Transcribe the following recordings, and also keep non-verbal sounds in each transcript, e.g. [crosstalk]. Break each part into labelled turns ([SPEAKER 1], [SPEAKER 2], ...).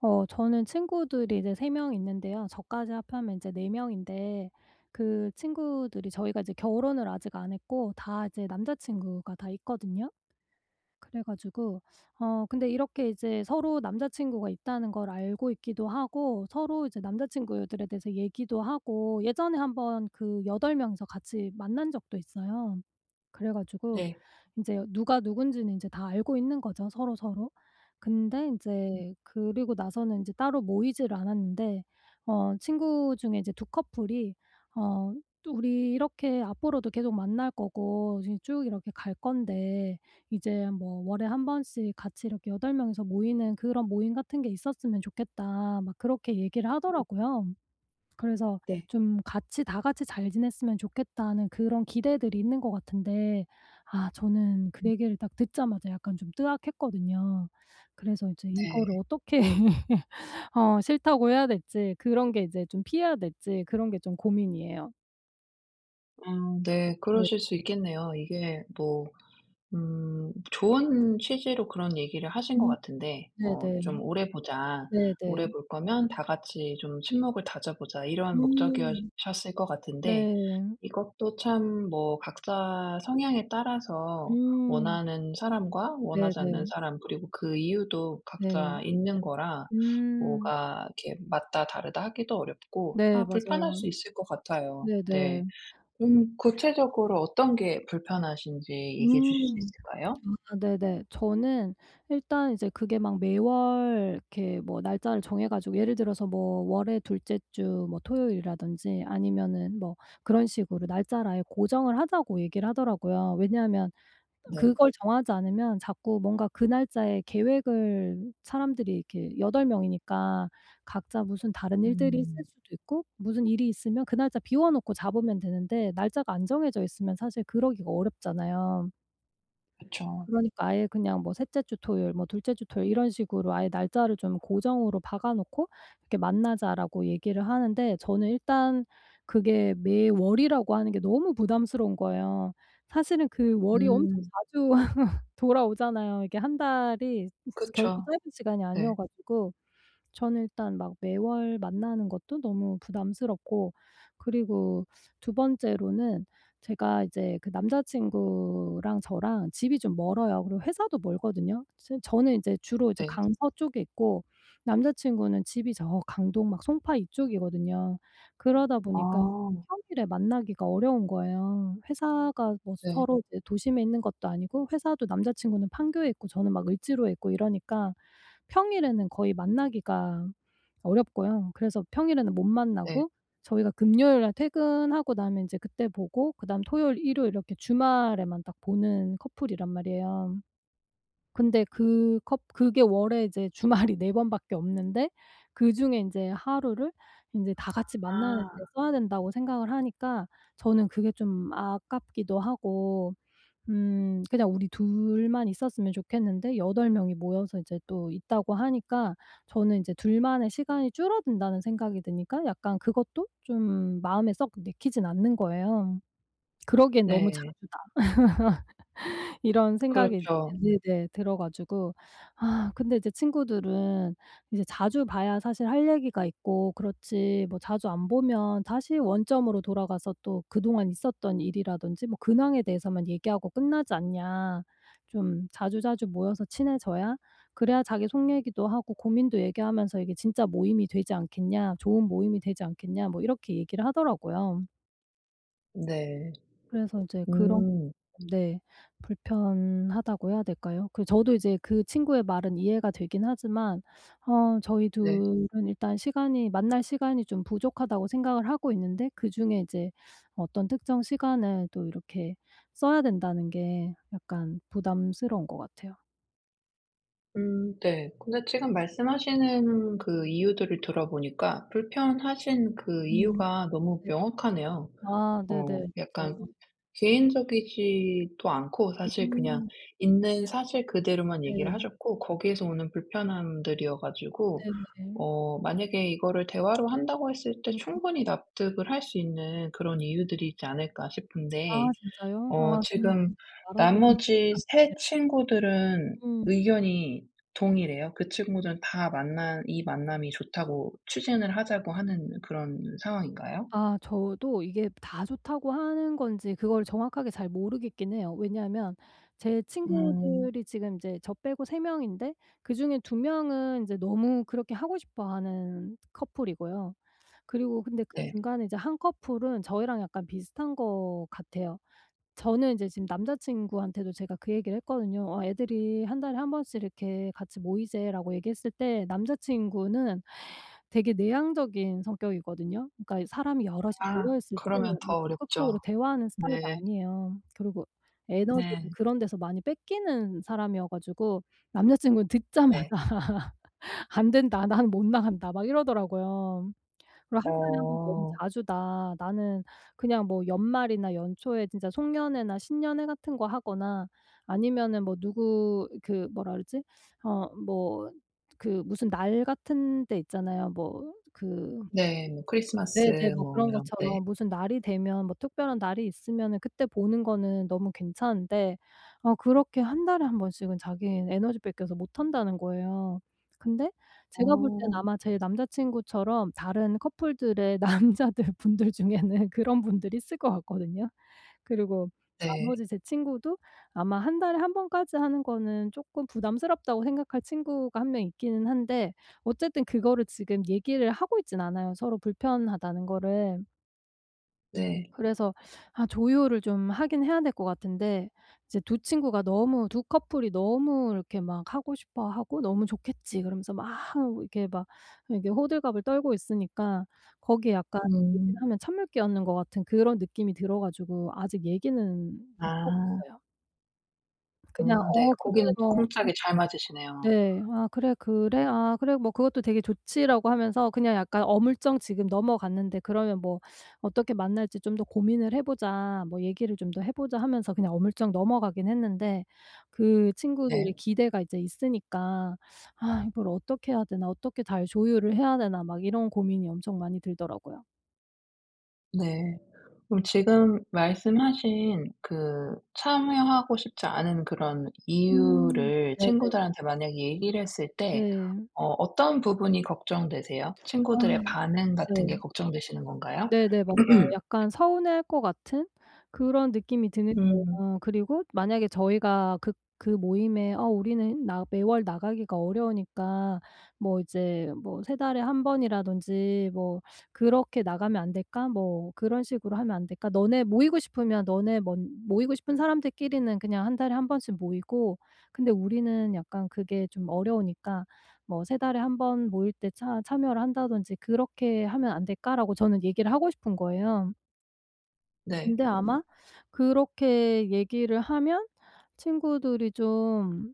[SPEAKER 1] 저는 친구들이 이제 세 명 있는데요. 저까지 합하면 이제 네 명인데 그 친구들이 저희가 이제 결혼을 아직 안 했고 다 이제 남자 친구가 다 있거든요. 그래 가지고 근데 이렇게 이제 서로 남자 친구가 있다는 걸 알고 있기도 하고 서로 이제 남자 친구들에 대해서 얘기도 하고 예전에 한번 그 여덟 명이서 같이 만난 적도 있어요. 그래 가지고
[SPEAKER 2] 네.
[SPEAKER 1] 이제 누가 누군지는 이제 다 알고 있는 거죠, 서로서로. 근데 이
[SPEAKER 2] 음
[SPEAKER 1] 제 그리고 나서는 이제 따로 모이지를 않았는데 친구 중에 이제 두 커플이 어 "우리 이렇게 앞으로도 계속 만날 거고 이제 쭉 이렇게 갈 건데 이제 뭐 월에 한 번씩 같이 이렇게 여덟 명이서 모이는 그런 모임 같은 게 있었으면 좋겠다." 막 그렇게 얘기를 하더라고요. 그래서
[SPEAKER 2] 네.
[SPEAKER 1] 좀 같이 다 같이 잘 지냈으면 좋겠다는 그런 기대들이 있는 것 같은데 아 저는 그 얘기를 딱 듣자마자 약간 좀 뜨악했거든요. 그래서 이제 이거를
[SPEAKER 2] 네.
[SPEAKER 1] 어떻게 [laughs] 싫다고 해야 될지 그런 게 이제 좀 피해야 될지 그런 게 좀 고민이에요.
[SPEAKER 2] 아 네.
[SPEAKER 1] 네.
[SPEAKER 2] 그러실 수 있겠네요. 이게 뭐 좋은 취지로 그런 얘기를 하신 것
[SPEAKER 1] 음.
[SPEAKER 2] 같은데
[SPEAKER 1] 네네.
[SPEAKER 2] 좀 오래 보자. 오래
[SPEAKER 1] 네네.
[SPEAKER 2] 볼 거면 다 같이 좀 '친목을 다져 보자.' 이런 목적이어
[SPEAKER 1] 음.
[SPEAKER 2] 셨을 것 같은데
[SPEAKER 1] 네.
[SPEAKER 2] 이것도 참 뭐 각자 성향에 따라서
[SPEAKER 1] 음.
[SPEAKER 2] 원하는 사람과 원하지 않는
[SPEAKER 1] 네네.
[SPEAKER 2] 사람 그리고 그 이유도 각자
[SPEAKER 1] 네.
[SPEAKER 2] 있는 거라
[SPEAKER 1] 음.
[SPEAKER 2] 뭐가 이렇게 맞다 다르다 하기도 어렵고
[SPEAKER 1] 네,
[SPEAKER 2] 아 불편할
[SPEAKER 1] 맞아요.
[SPEAKER 2] 수 있을 것 같아요. 네.
[SPEAKER 1] 네네.
[SPEAKER 2] 구체적으로 어떤 게 불편하신지 얘기해 주실 수
[SPEAKER 1] 음.
[SPEAKER 2] 있을까요?
[SPEAKER 1] 아, 네네. 저는 일단 이제 그게 막 매월 이렇게 뭐 날짜를 정해 가지고 예를 들어서 뭐 월의 둘째 주 뭐 토요일이라든지 아니면은 뭐 그런 식으로 날짜를 아예 고정을 하자고 얘기를 하더라고요. 왜냐하면
[SPEAKER 2] 네.
[SPEAKER 1] 그걸 정하지 않으면 자꾸 뭔가 그 날짜에 계획을 사람들이 이렇게 8 명이니까 각자 무슨 다른 일들이 있을
[SPEAKER 2] 음.
[SPEAKER 1] 수도 있고 무슨 일이 있으면 그 날짜 비워 놓고 잡으면 되는데 날짜가 안 정해져 있으면 사실 그러기가 어렵잖아요.
[SPEAKER 2] 그쵸.
[SPEAKER 1] 그러니까 아예 그냥 뭐 셋째 주 토요일 뭐 둘째 주 토요일 이런 식으로 아예 날짜를 좀 고정으로 박아 놓고 이렇게 "만나자."라고 얘기를 하는데 저는 일단 그게 매월이라고 하는 게 너무 부담스러운 거예요. 사실은 그 월이 엄청
[SPEAKER 2] 음.
[SPEAKER 1] 자주 [laughs] 돌아오잖아요. 이게 한 달이 결코
[SPEAKER 2] 그쵸.
[SPEAKER 1] 짧은 시간이 아니어
[SPEAKER 2] 네.
[SPEAKER 1] 가지고 저는 일단 막 매월 만나는 것도 너무 부담스럽고 그리고 두 번째로는 제가 이제 그 남자 친구랑 저랑 집이 좀 멀어요. 그리고 회사도 멀거든요. 저는 이제 주로 이제
[SPEAKER 2] 네.
[SPEAKER 1] 강서 쪽에 있고 남자 친구는 집이 저 강동 막 송파 이쪽이거든요. 그러다 보니까
[SPEAKER 2] 아.
[SPEAKER 1] 평일에 만나기가 어려운 거예요. 회사가 뭐
[SPEAKER 2] 네.
[SPEAKER 1] 서로 이제 도심에 있는 것도 아니고 회사도 남자 친구는 판교에 있고 저는 막 을지로에 있고 이러니까 평일에는 거의 만나기가 어렵고요. 그래서 평일에는 못
[SPEAKER 2] 네.
[SPEAKER 1] 만나고 저희가 금요일 날 퇴근하고 나면 인제 그때 보고 그다음 토요일, 일요일 이렇게 주말에만 딱 보는 커플이란 말이에요. 근데 그 컵 그게 월에 이제 주말이 4번밖에 없는데 그중에 인제 하루를 인제 다 같이 만나는데
[SPEAKER 2] 아.
[SPEAKER 1] 써야 된다고 생각을 하니까 저는 그게 좀 아깝기도 하고 그냥 우리 둘만 있었으면 좋겠는데 여덟 명이 모여서 이제 또 있다고 하니까 저는 이제 둘만의 시간이 줄어든다는 생각이 드니까 약간 그것도 좀 마음에 썩 내키진 않는 거예요. 그러기엔 너무 자주
[SPEAKER 2] 네.
[SPEAKER 1] 이런 생각이,
[SPEAKER 2] 그렇죠.
[SPEAKER 1] 네네, 들어 가지고 아 근데 이제 친구들은 이제 자주 봐야 사실 할 얘기가 있고 그렇지 뭐 자주 안 보면 다시 원점으로 돌아가서 또 그동안 있었던 일이라든지 뭐 근황에 대해서만 얘기하고 끝나지 않냐. 좀 자주자주 모여서 친해져야 그래야 자기 속 얘기도 하고 고민도 얘기하면서 이게 진짜 모임이 되지 않겠냐, 좋은 모임이 되지 않겠냐 뭐 이렇게 얘기를 하더라고요.
[SPEAKER 2] 네.
[SPEAKER 1] 그래서 이제 그런.
[SPEAKER 2] 음.
[SPEAKER 1] 네. 불편하다고 해야 될까요? 그 저도 이제 그 친구의 말은 이해가 되긴 하지만 저희
[SPEAKER 2] 네.
[SPEAKER 1] 둘은 일단 시간이 만날 시간이 좀 부족하다고 생각을 하고 있는데 그중에 이제 어떤 특정 시간을 또 이렇게 써야 된다는 게 약간 부담스러운 것 같아요.
[SPEAKER 2] 네. 근데 지금 말씀하시는 그 이유들을 들어보니까 불편하신 그
[SPEAKER 1] 음.
[SPEAKER 2] 이유가 너무
[SPEAKER 1] 네.
[SPEAKER 2] 명확하네요.
[SPEAKER 1] 아 네네. 맞아요.
[SPEAKER 2] 약간 개인적이지도 않고 사실 그냥
[SPEAKER 1] 음.
[SPEAKER 2] 있는 사실 그대로만 얘기를
[SPEAKER 1] 네.
[SPEAKER 2] 하셨고 거기에서 오는 불편함들이어 가지고
[SPEAKER 1] 네네.
[SPEAKER 2] 만약에 이거를 대화로 한다고 했을 때
[SPEAKER 1] 음.
[SPEAKER 2] 충분히 납득을 할 수 있는 그런 이유들이 있지 않을까 싶은데
[SPEAKER 1] 아 진짜요? 아 저는 그래서
[SPEAKER 2] 지금
[SPEAKER 1] 말하기가
[SPEAKER 2] 나머지 세 친구들은
[SPEAKER 1] 음.
[SPEAKER 2] 의견이 동일해요. 그 친구들은 다 만나 이 만남이 좋다고 추진을 하자고 하는 그런 상황인가요?
[SPEAKER 1] 아 저도 이게 다 좋다고 하는 건지 그걸 정확하게 잘 모르겠긴 해요. 왜냐하면 제
[SPEAKER 2] 음
[SPEAKER 1] 친구들이 지금 이제 저 빼고 세 명인데 그중에 두 명은 이제 너무 그렇게 하고 싶어 하는 커플이고요. 그리고 근데 그
[SPEAKER 2] 네.
[SPEAKER 1] 중간에 이제 한 커플은 저희랑 약간 비슷한 것 같아요. 저는 이제 지금 남자친구한테도 제가 그 얘기를 했거든요. "아 애들이 한 달에 한 번씩 이렇게 같이 모이재."라고 얘기했을 때 남자친구는 되게 내향적인 성격이거든요. 그러니까 사람이 여럿이
[SPEAKER 2] 아
[SPEAKER 1] 모여 있을 때
[SPEAKER 2] 그러면
[SPEAKER 1] 뭐
[SPEAKER 2] 더 어렵죠.
[SPEAKER 1] 적극적으로 대화하는 스타일이
[SPEAKER 2] 네.
[SPEAKER 1] 아니에요. 그리고 에너지를
[SPEAKER 2] 네.
[SPEAKER 1] 그런 데서 많이 뺏기는 사람이어 가지고 남자친구는 듣자마자
[SPEAKER 2] 네.
[SPEAKER 1] [laughs] "안 된다. 나는 못 나간다." 막 이러더라고요. 그리고 한 달에 한 번 너무
[SPEAKER 2] 어
[SPEAKER 1] 자주다. 나는 그냥 뭐 연말이나 연초에 진짜 송년회나 신년회 같은 거 하거나 아니면은 뭐 누구 그 뭐라 그러지? 뭐 그 무슨 날 같은 데 있잖아요. 뭐 그.
[SPEAKER 2] 네. 뭐 크리스마스
[SPEAKER 1] 네네. 뭐
[SPEAKER 2] 뭐
[SPEAKER 1] 그런
[SPEAKER 2] 이런 때.
[SPEAKER 1] 것처럼 무슨 날이 되면 뭐 특별한 날이 있으면은 그때 보는 거는 너무 괜찮은데 그렇게 한 달에 한 번씩은 자기는 에너지 뺏겨서 못 한다는 거예요. 근데 제가 볼 땐
[SPEAKER 2] 어.
[SPEAKER 1] 아마 제 남자친구처럼 다른 커플들의 [laughs] 남자들 분들 중에는 그런 분들이 있을 것 같거든요. 그리고
[SPEAKER 2] 네.
[SPEAKER 1] 나머지 제 친구도 아마 한 달에 한 번까지 하는 거는 쪼끔 부담스럽다고 생각할 친구가 한 명 있기는 한데 어쨌든 그거를 지금 얘기를 하고 있진 않아요, 서로 불편하다는 거를.
[SPEAKER 2] 네.
[SPEAKER 1] 그래서 아 조율을 좀 하긴 해야 될 것 같은데 이제 두 친구가 너무 두 커플이 너무 이렇게 막 하고 싶어 하고 "너무 좋겠지." 그러면서 막 이렇게 막 이렇게 호들갑을 떨고 있으니까 거기에 약간 얘기를
[SPEAKER 2] 음.
[SPEAKER 1] 하면 찬물 끼얹는 것 같은 그런 느낌이 들어 가지고 아직 얘기는 못 하고
[SPEAKER 2] 아.
[SPEAKER 1] 있어요.
[SPEAKER 2] 아
[SPEAKER 1] 그냥
[SPEAKER 2] 네.
[SPEAKER 1] "어 그래
[SPEAKER 2] 고기는 또
[SPEAKER 1] 뭐",
[SPEAKER 2] 콩짝이 잘 맞으시네요.
[SPEAKER 1] 네, "아 그래. 그래? 아 그래. 뭐 그것도 되게 좋지."라고 하면서 그냥 약간 어물쩡 지금 넘어갔는데 그러면 뭐 "어떻게 만날지 좀 더 고민을 해 보자. 뭐 얘기를 좀 더 해 보자." 하면서 그냥 어물쩡 넘어가긴 했는데 그
[SPEAKER 2] 네.
[SPEAKER 1] 친구들의 기대가 이제 있으니까 '아 이걸 어떻게 해야 되나? 어떻게 잘 조율을 해야 되나?' 막 이런 고민이 엄청 많이 들더라고요.
[SPEAKER 2] 네. 그럼 지금 말씀하신 그 참여하고 싶지 않은 그런
[SPEAKER 1] 음.
[SPEAKER 2] 이유를
[SPEAKER 1] 네네.
[SPEAKER 2] 친구들한테 만약에 얘기를 했을 때
[SPEAKER 1] 네.
[SPEAKER 2] 어떤 부분이 걱정되세요?
[SPEAKER 1] 아
[SPEAKER 2] 친구들의 반응 같은
[SPEAKER 1] 네.
[SPEAKER 2] 게 걱정되시는 건가요?
[SPEAKER 1] 네네. 맞아요.
[SPEAKER 2] [clears throat]
[SPEAKER 1] 약간 서운해할 것 같은 그런 느낌이 드는 거예요.
[SPEAKER 2] 음.
[SPEAKER 1] 그리고 만약에 저희가 그 모임에 "아 우리는 나 매월 나가기가 어려우니까 뭐 이제 뭐 세 달에 한 번이라든지 뭐 그렇게 나가면 안 될까? 뭐 그런 식으로 하면 안 될까? 너네 모이고 싶으면 너네 먼 모이고 싶은 사람들끼리는 그냥 한 달에 한 번씩 모이고 근데 우리는 약간 그게 좀 어려우니까 뭐 세 달에 한 번 모일 때 차 참여를 한다든지 '그렇게 하면 안 될까?'라고 저는 얘기를 하고 싶은 거예요. 근데
[SPEAKER 2] 네.
[SPEAKER 1] 아마 그렇게 얘기를 하면 친구들이 좀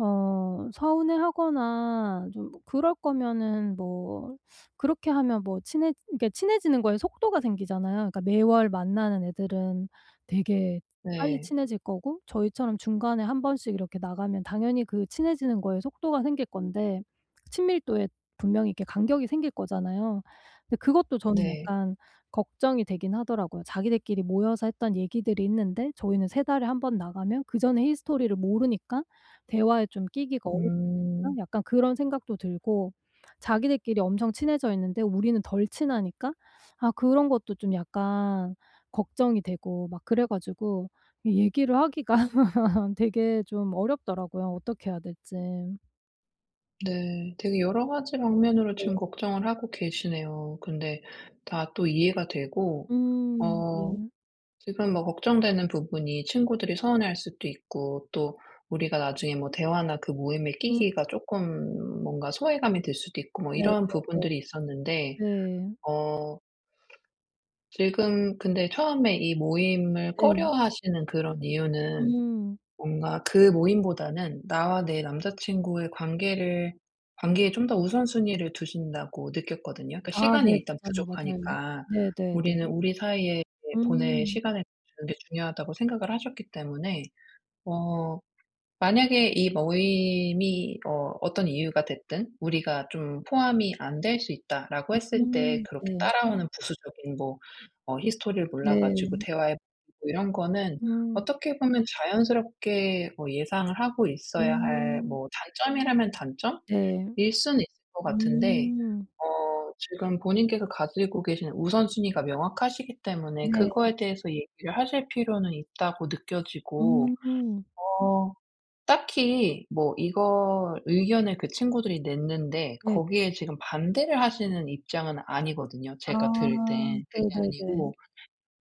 [SPEAKER 1] 서운해하거나 좀 그럴 거면은 뭐 그렇게 하면 뭐 친해지는 거에 속도가 생기잖아요. 그러니까 매월 만나는 애들은 되게 빨리
[SPEAKER 2] 네.
[SPEAKER 1] 친해질 거고 저희처럼 중간에 한 번씩 이렇게 나가면 당연히 그 친해지는 거에 속도가 생길 건데 친밀도에 분명히 이렇게 간격이 생길 거잖아요. 근데 그것도 저는
[SPEAKER 2] 네.
[SPEAKER 1] 약간 걱정이 되긴 하더라고요. 자기들끼리 모여서 했던 얘기들이 있는데 저희는 세 달에 한 번 나가면 그 전에 히스토리를 모르니까 대화에 좀 끼기가 어렵지
[SPEAKER 2] 음.
[SPEAKER 1] 않을까? 약간 그런 생각도 들고 자기들끼리 엄청 친해져 있는데 우리는 덜 친하니까 아 그런 것도 좀 약간 걱정이 되고 막 그래 가지고 이 얘기를 하기가 [laughs] 되게 좀 어렵더라고요, 어떻게 해야 될지. 네.
[SPEAKER 2] 네. 되게 여러 가지 방면으로 지금 걱정을 하고 계시네요. 근데 다 또 이해가 되고 어
[SPEAKER 1] 네.
[SPEAKER 2] 지금 뭐 걱정되는 부분이 친구들이 서운해할 수도 있고 또 우리가 나중에 뭐 대화나 그 모임에
[SPEAKER 1] 음
[SPEAKER 2] 끼기가 조금 뭔가 소외감이 들 수도 있고 뭐 이런
[SPEAKER 1] 네네네.
[SPEAKER 2] 부분들이 있었는데
[SPEAKER 1] 네.
[SPEAKER 2] 어 지금 근데 처음에 이 모임을
[SPEAKER 1] 네.
[SPEAKER 2] 꺼려 하시는 그런 이유는
[SPEAKER 1] 음.
[SPEAKER 2] 뭔가 그 모임보다는 나와 내 남자친구의 관계를 관계에 좀 더 우선순위를 두신다고 느꼈거든요. 그러니까
[SPEAKER 1] 아 네.
[SPEAKER 2] 시간이 일단
[SPEAKER 1] 맞아요, 맞아요.
[SPEAKER 2] 부족하니까
[SPEAKER 1] 네네네.
[SPEAKER 2] 우리는 우리 사이에 보낼
[SPEAKER 1] 음.
[SPEAKER 2] 시간을 주는 게 중요하다고 생각을 하셨기 때문에 어 만약에 이 모임이 어떤 이유가 됐든 우리가 좀 포함이 안 될 수 있다라고 했을 때
[SPEAKER 1] 음.
[SPEAKER 2] 그렇게
[SPEAKER 1] 네.
[SPEAKER 2] 따라오는 부수적인 뭐 히스토리를 몰라 가지고
[SPEAKER 1] 네.
[SPEAKER 2] 대화에 고 이런 거는
[SPEAKER 1] 음.
[SPEAKER 2] 어떻게 보면 자연스럽게 뭐 예상을 하고 있어야 할
[SPEAKER 1] 음.
[SPEAKER 2] 뭐 단점이라면
[SPEAKER 1] 네.
[SPEAKER 2] 단점일 수는 있을 것 같은데
[SPEAKER 1] 음.
[SPEAKER 2] 지금 본인께서 가지고 계신 우선순위가 명확하시기 때문에
[SPEAKER 1] 네.
[SPEAKER 2] 그거에 대해서 얘기를 하실 필요는 있다고 느껴지고
[SPEAKER 1] 음.
[SPEAKER 2] 어 딱히 뭐 이거 의견을 그 친구들이 냈는데
[SPEAKER 1] 네.
[SPEAKER 2] 거기에 지금 반대를 하시는 입장은 아니거든요, 제가
[SPEAKER 1] 아
[SPEAKER 2] 들을 땐. 그게
[SPEAKER 1] 네네네.
[SPEAKER 2] 아니고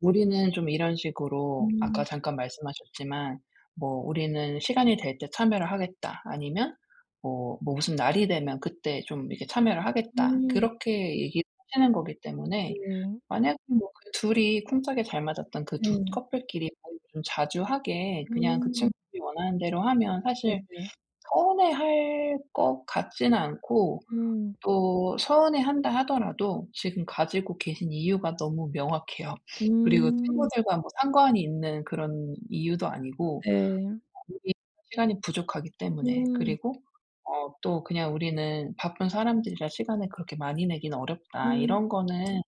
[SPEAKER 2] 우리는 좀 이런 식으로 아까
[SPEAKER 1] 음.
[SPEAKER 2] 잠깐 말씀하셨지만 뭐 "우리는 시간이 될 때 참여를 하겠다." 아니면 뭐 뭐 "무슨 날이 되면 그때 좀 이렇게 참여를 하겠다."
[SPEAKER 1] 음.
[SPEAKER 2] 그렇게 얘기를 하시는 거기 때문에
[SPEAKER 1] 네.
[SPEAKER 2] 만약에 뭐 그 둘이 쿵짝이 잘 맞았던 그 두
[SPEAKER 1] 네.
[SPEAKER 2] 커플끼리 모임을 좀 자주 하게 그냥 그
[SPEAKER 1] 음.
[SPEAKER 2] 친구들이 원하는 대로 하면 사실
[SPEAKER 1] 네네.
[SPEAKER 2] 서운해할 것 같지는 않고
[SPEAKER 1] 음.
[SPEAKER 2] 또 서운해한다 하더라도 지금 가지고 계신 이유가 너무 명확해요. 그리고
[SPEAKER 1] 음.
[SPEAKER 2] 친구들과 뭐 상관이 있는 그런 이유도 아니고
[SPEAKER 1] 네.
[SPEAKER 2] 우리 시간이 부족하기 때문에
[SPEAKER 1] 음.
[SPEAKER 2] 그리고 또 그냥 '우리는 바쁜 사람들이라 시간을 그렇게 많이 내긴 어렵다.'
[SPEAKER 1] 음.
[SPEAKER 2] 이런 거는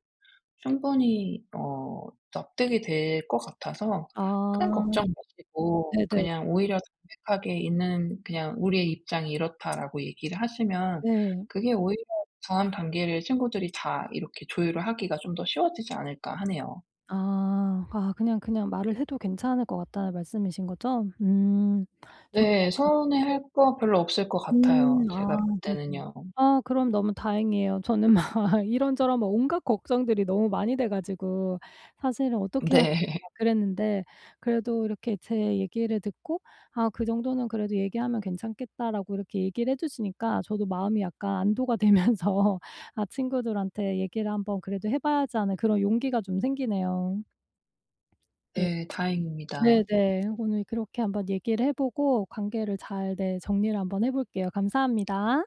[SPEAKER 2] 충분히 납득이 될 것 같아서
[SPEAKER 1] 아.
[SPEAKER 2] 큰 걱정 마시고
[SPEAKER 1] 네네.
[SPEAKER 2] 그냥 오히려 담백하게 있는 그냥 "우리의 입장이 이렇다."라고 얘기를 하시면
[SPEAKER 1] 네.
[SPEAKER 2] 그게 오히려 다음 단계를 친구들이 다 이렇게 조율을 하기가 좀 더 쉬워지지 않을까 하네요.
[SPEAKER 1] 아. 아 그냥 말을 해도 괜찮을 것 같다는 말씀이신 거죠? 음. 저는
[SPEAKER 2] 네.
[SPEAKER 1] 약간
[SPEAKER 2] 서운해할 거 별로 없을 것 같아요, 제가
[SPEAKER 1] 아
[SPEAKER 2] 볼
[SPEAKER 1] 네네.
[SPEAKER 2] 때는요.
[SPEAKER 1] 아 그럼 너무 다행이에요. 저는 막 [laughs] 이런저런 막 온갖 걱정들이 너무 많이 돼 가지고 사실은 어떻게 하나
[SPEAKER 2] 네. [laughs]
[SPEAKER 1] 막 그랬는데 그래도 이렇게 제 얘기를 듣고 '아 그 정도는 그래도 얘기하면 괜찮겠다.'라고 이렇게 얘기를 해 주시니까 저도 마음이 약간 안도가 되면서 [laughs] 아 친구들한테 얘기를 한번 그래도 해 봐야지 하는 그런 용기가 좀 생기네요. 네.
[SPEAKER 2] 네. 다행입니다.
[SPEAKER 1] 네네. 오늘 그렇게 한번 얘기를 해 보고 관계를 잘, 네, 정리를 한번 해 볼게요. 감사합니다.